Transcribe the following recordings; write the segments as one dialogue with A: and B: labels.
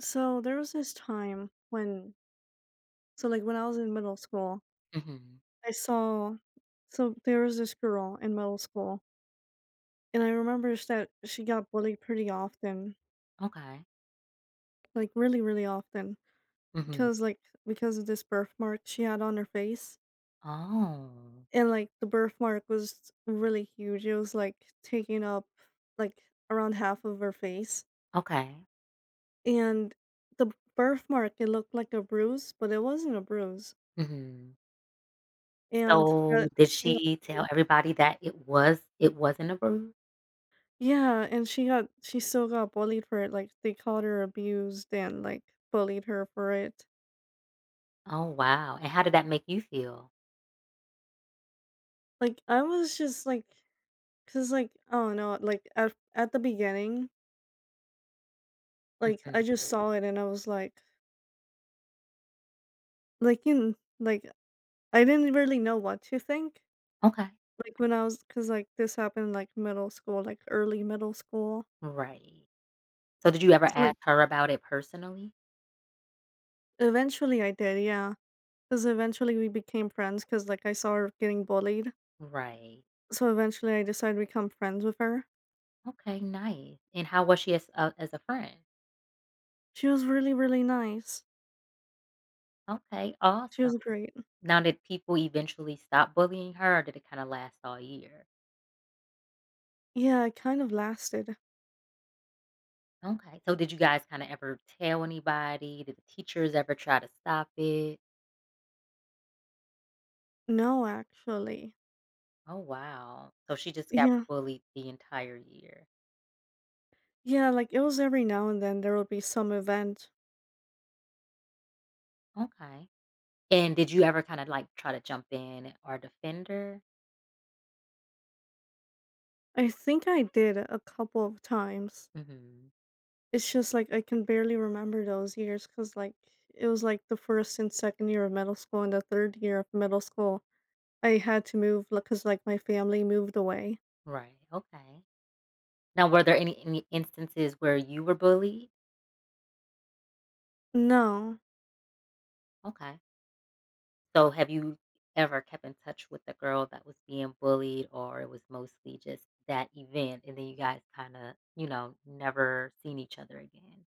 A: So there was this time when, so like when I was in middle school,
B: Mhm.
A: I saw, so there was this girl in middle school, and I remember that she got bullied pretty often,
B: Okay.
A: like really, really often,
B: Mhm.
A: because like because of this birthmark she had on her face,
B: Oh,
A: and like the birthmark was really huge. It was like taking up like around half of her face,
B: okay.
A: and the birthmark it looked like a bruise, but it wasn't a bruise.
B: Mhm.
A: And
B: So,
A: that
B: did
A: she got
B: she tell everybody that it wasn't a bruise?
A: Yeah, and she still got bullied for it, like, they called her abused and, like, bullied her for it.
B: Oh, wow, and how did that make you feel?
A: Like, I was just like 'cause, like, I don't know, like, at the beginning, like,
B: Mhm.
A: I just saw it and I was like like, in like, I didn't really know what to think,
B: Okay.
A: like, when I was, cause like, this happened, like, middle school, like, early middle school.
B: Right. So, did you ever
A: So,
B: ask
A: like,
B: her about it personally?
A: eventually I did, yeah. Cause eventually we became friends, cause like, I saw her getting bullied.
B: Right.
A: So, eventually I decided to become friends with her.
B: Okay, nice. And how was she as a friend?
A: She was really, really nice.
B: Okay,
A: She
B: awesome.
A: was great.
B: Now, did people eventually stop bullying her, or did it kinda last all year?
A: Yeah, it kind of lasted.
B: Okay. So did you guys kinda ever tell anybody? Did the teachers ever try to stop it?
A: No, actually.
B: Oh, wow. So she just got
A: Yeah.
B: bullied the entire year.
A: Yeah, like it was every now and then there would be some event.
B: Okay. And did you ever kinda, like, try to jump in or defend her?
A: I think I did a couple of times.
B: Mhm.
A: It's just like I can barely remember those years because like it was like the first and second year of middle school and the third year of middle school. I had to move because like my family moved away.
B: Right, okay. Now were there any instances where you were bullied?
A: No,
B: Okay. So have you ever kept in touch with the girl that was being bullied, or it was mostly just that event, and then you guys kinda, never seen each other again?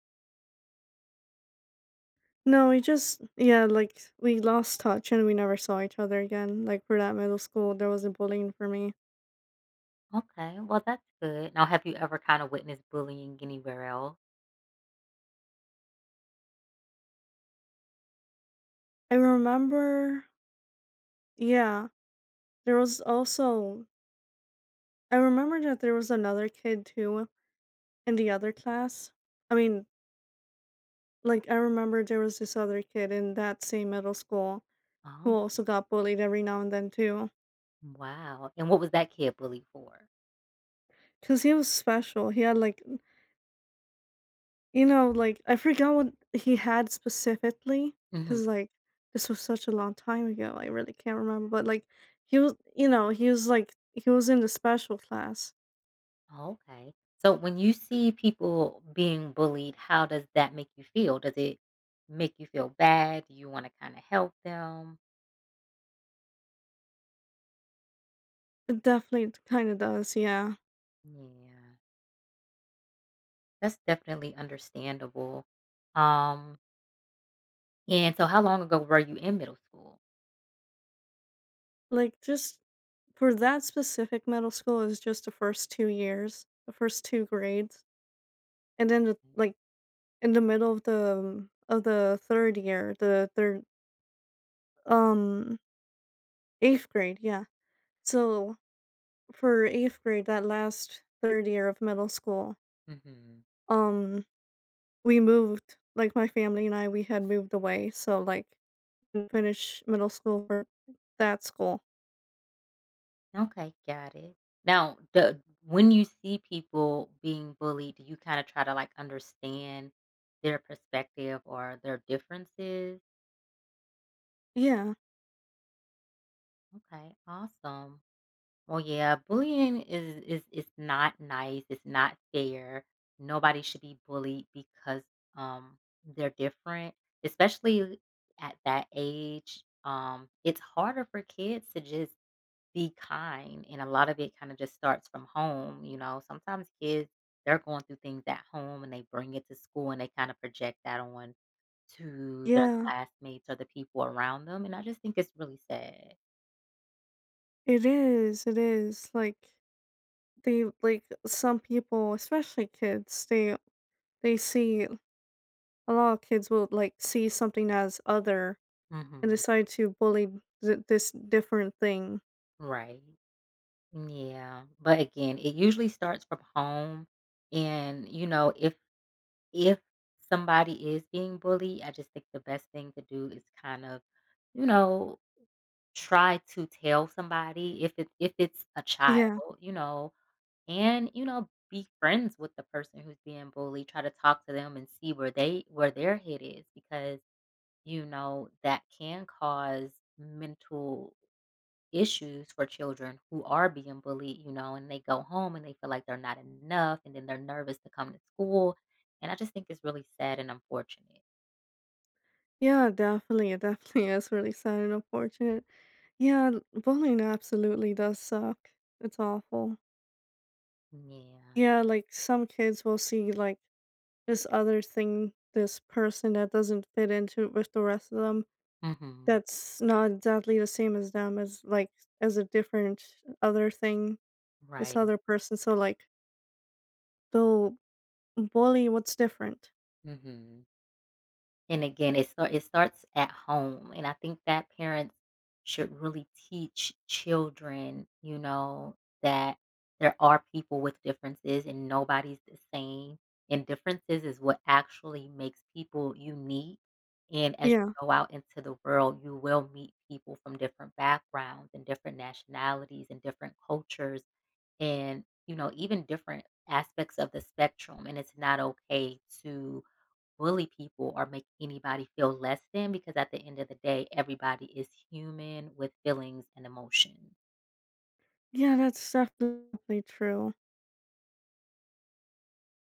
A: No, we just yeah, like we lost touch and we never saw each other again. Like for that middle school, there was a bullying for me.
B: Okay, well, that's good. Now, have you ever kind of witnessed bullying anywhere else?
A: I remember, yeah, there was also I remember that there was another kid too in the other class. I mean, like I remember there was this other kid in that same middle school who
B: Oh,
A: also got bullied every now and then too.
B: wow. And what was that kid bullied for?
A: Cause he was special. He had like You know, like, I forgot what he had specifically,
B: Hmm.
A: cause like, this was such a long time ago, I really can't remember, but, like, he was you know, he was, like he was in the special class.
B: Okay. So when you see people being bullied, how does that make you feel? Does it make you feel bad? Do you want to kind of help them?
A: It definitely kinda does, yeah.
B: Yeah, that's definitely understandable. Um, and so how long ago were you in middle school?
A: Like, just for that specific middle school is just the first 2 years, the first 2 grades, and then the like, in the middle of the 3rd year, the 3rd um, 8th grade, yeah. So for 8th grade, that last 3rd year of middle school,
B: Mm-hmm.
A: um, we moved, like, my family and I, we had moved away, so, like, didn't finish middle school for that school.
B: Okay, got it. Now, the when you see people being bullied, do you kind of try to like understand their perspective or their differences?
A: Yeah.
B: Okay, awesome. Well, yeah, bullying is not nice. It's not fair. Nobody should be bullied because um they're different, especially at that age. It's harder for kids to just be kind. And a lot of it kind of just starts from home. You know, sometimes kids, they're going through things at home and they bring it to school and they kind of project that on to their
A: Yeah.
B: classmates or the people around them. And I just think it's really sad.
A: It is, like, some people, especially kids, they see a lot of kids will, like, see something as other and
B: Hmm.
A: decide to bully th this different thing.
B: Right. Yeah. But again, it usually starts from home. And, you know, if, somebody is being bullied, I just think the best thing to do is kind of, you know try to tell somebody if it if it's a child,
A: Yeah.
B: you know, and, you know, be friends with the person who's being bullied, try to talk to them and see where their head is because, you know, that can cause mental issues for children who are being bullied, you know, and they go home and they feel like they're not enough, and then they're nervous to come to school, and I just think it's really sad and unfortunate.
A: Yeah, definitely. It definitely is really sad and unfortunate. Yeah, bullying absolutely does suck. It's awful.
B: Yeah.
A: Yeah, like some kids will see like this other thing, this person that doesn't fit into with the rest of them,
B: Mhm.
A: that's not exactly the same as them, as a different other thing, this
B: Right.
A: other person. So like they'll bully what's different.
B: Mhm. And again, it starts at home, and I think that parents should really teach children, you know, that there are people with differences and nobody's the same, and differences is what actually makes people unique, and as you
A: Yeah.
B: go out into the world, you will meet people from different backgrounds and different nationalities and different cultures and, you know, even different aspects of the spectrum, and it's not okay to bully people or make anybody feel less than because at the end of the day, everybody is human with feelings and emotions.
A: Yeah, that's definitely true.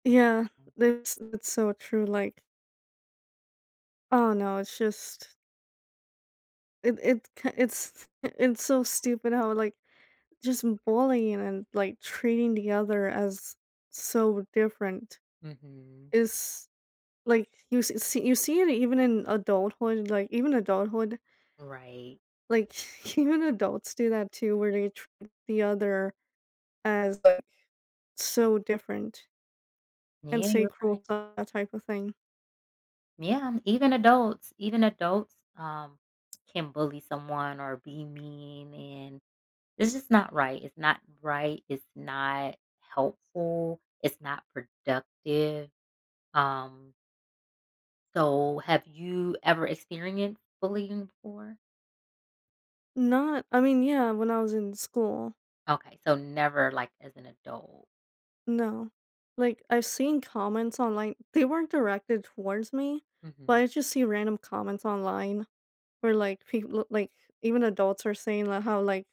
A: Yeah, that's so true, like, oh no, it's just it it k it's it's so stupid how, like, just bullying and, like, treating the other as so different
B: Mm-hmm.
A: is like, you see it even in adulthood, like,
B: Right.
A: like, even adults do that too, where they treat the other as, like, so different and
B: Yeah,
A: say
B: you're right.
A: cruel stuff, that type of thing.
B: Yeah, even adults can bully someone or be mean and it's just not right. It's not right. It's not helpful. It's not productive. Um so have you ever experienced bullying before?
A: Not I mean, yeah, when I was in school.
B: Okay, so never, like, as an adult.
A: No. Like, I've seen comments online they weren't directed towards me, but
B: Mhm,
A: I just see random comments online where, like, people like, even adults are saying, like, how, like,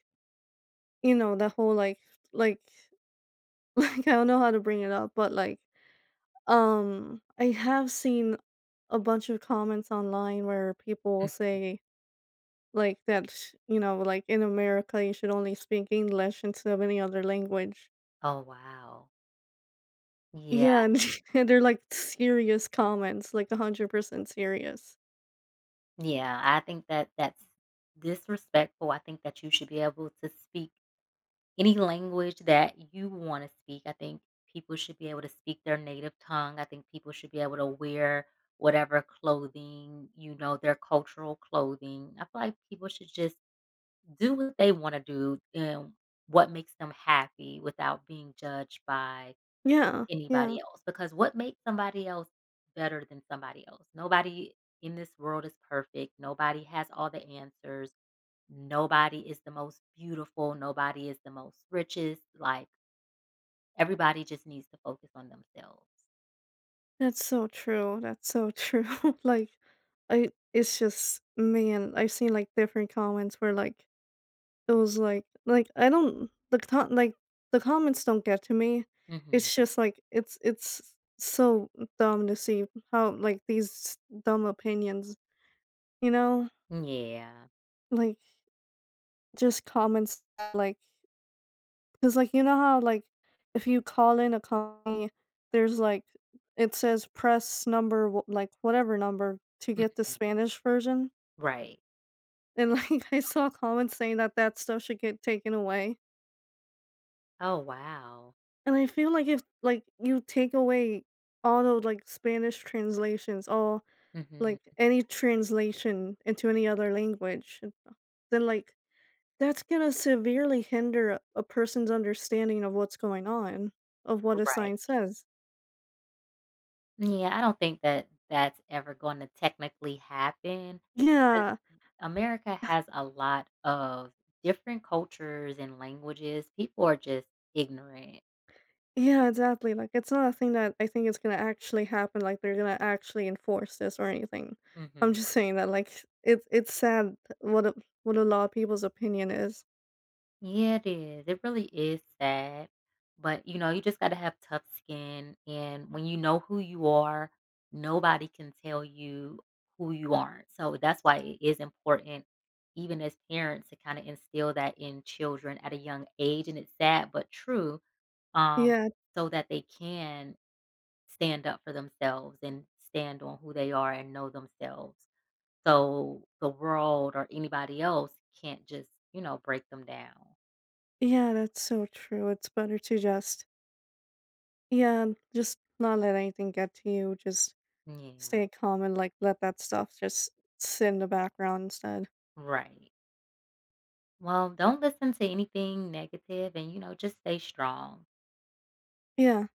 A: you know, the whole, like like, I don't know how to bring it up, but, like, I have seen a bunch of comments online where people will
B: mhm.
A: say, like, that, like, in America, you should only speak English instead of any other language.
B: Oh, wow. Yeah,
A: Yeah, and and they're, like, serious comments, like, 100% serious.
B: yeah, I think that that's disrespectful. I think that you should be able to speak any language that you wanna speak. I think people should be able to speak their native tongue. I think people should be able to wear whatever clothing, you know, their cultural clothing. I feel like people should just do what they wanna do and what makes them happy without being judged by
A: Yeah, yeah.
B: anybody else, because what makes somebody else better than somebody else? Nobody in this world is perfect. Nobody has all the answers. Nobody is the most beautiful. Nobody is the most richest. Like, everybody just needs to focus on themselves.
A: That's so true, that's so true. Like, I it's just man, I've seen, like, different comments where, like, it was, like, I don't the co like, the comments don't get to me. It's
B: Hmm.
A: just, like, it's so dumb to see how, like, these dumb opinions, you know?
B: Yeah.
A: Like, just comments, like 'cause, like, you know how, like, if you call in a company, there's, like it says press number wh like, whatever number to get the
B: Mhm.
A: Spanish version,
B: Right.
A: and, like, I saw comments saying that that stuff should get taken away,
B: Oh, wow.
A: and I feel like if, like, you take away all those, like, Spanish translations, all
B: Hmm.
A: like, any translation into any other language, then, like, that's gonna severely hinder a person's understanding of what's going on, of what a
B: Right.
A: sign says.
B: Yeah. I don't think that that's ever going to technically happen.
A: Yeah.
B: America has a lot of different cultures and languages. People are just ignorant.
A: Yeah, exactly, like, it's not a thing that I think is gonna actually happen, like, they're gonna actually enforce this or anything. I'm
B: Hmm.
A: just saying that, like, it's sad what a lot of people's opinion is.
B: Yeah, it is. It really is sad. But you know, you just got to have tough skin. And when you know who you are, nobody can tell you who you aren't. So that's why it is important, even as parents, to kind of instill that in children at a young age. And it's sad, but true. Um,
A: Yeah.
B: so that they can stand up for themselves and stand on who they are and know themselves. So the world or anybody else can't just, you know, break them down.
A: Yeah, that's so true, it's better to just yeah, just not let anything get to you, just
B: Yeah,
A: stay calm and, like, let that stuff just sit in the background instead.
B: right. Well, don't listen to anything negative and, you know, just stay strong.
A: Yeah.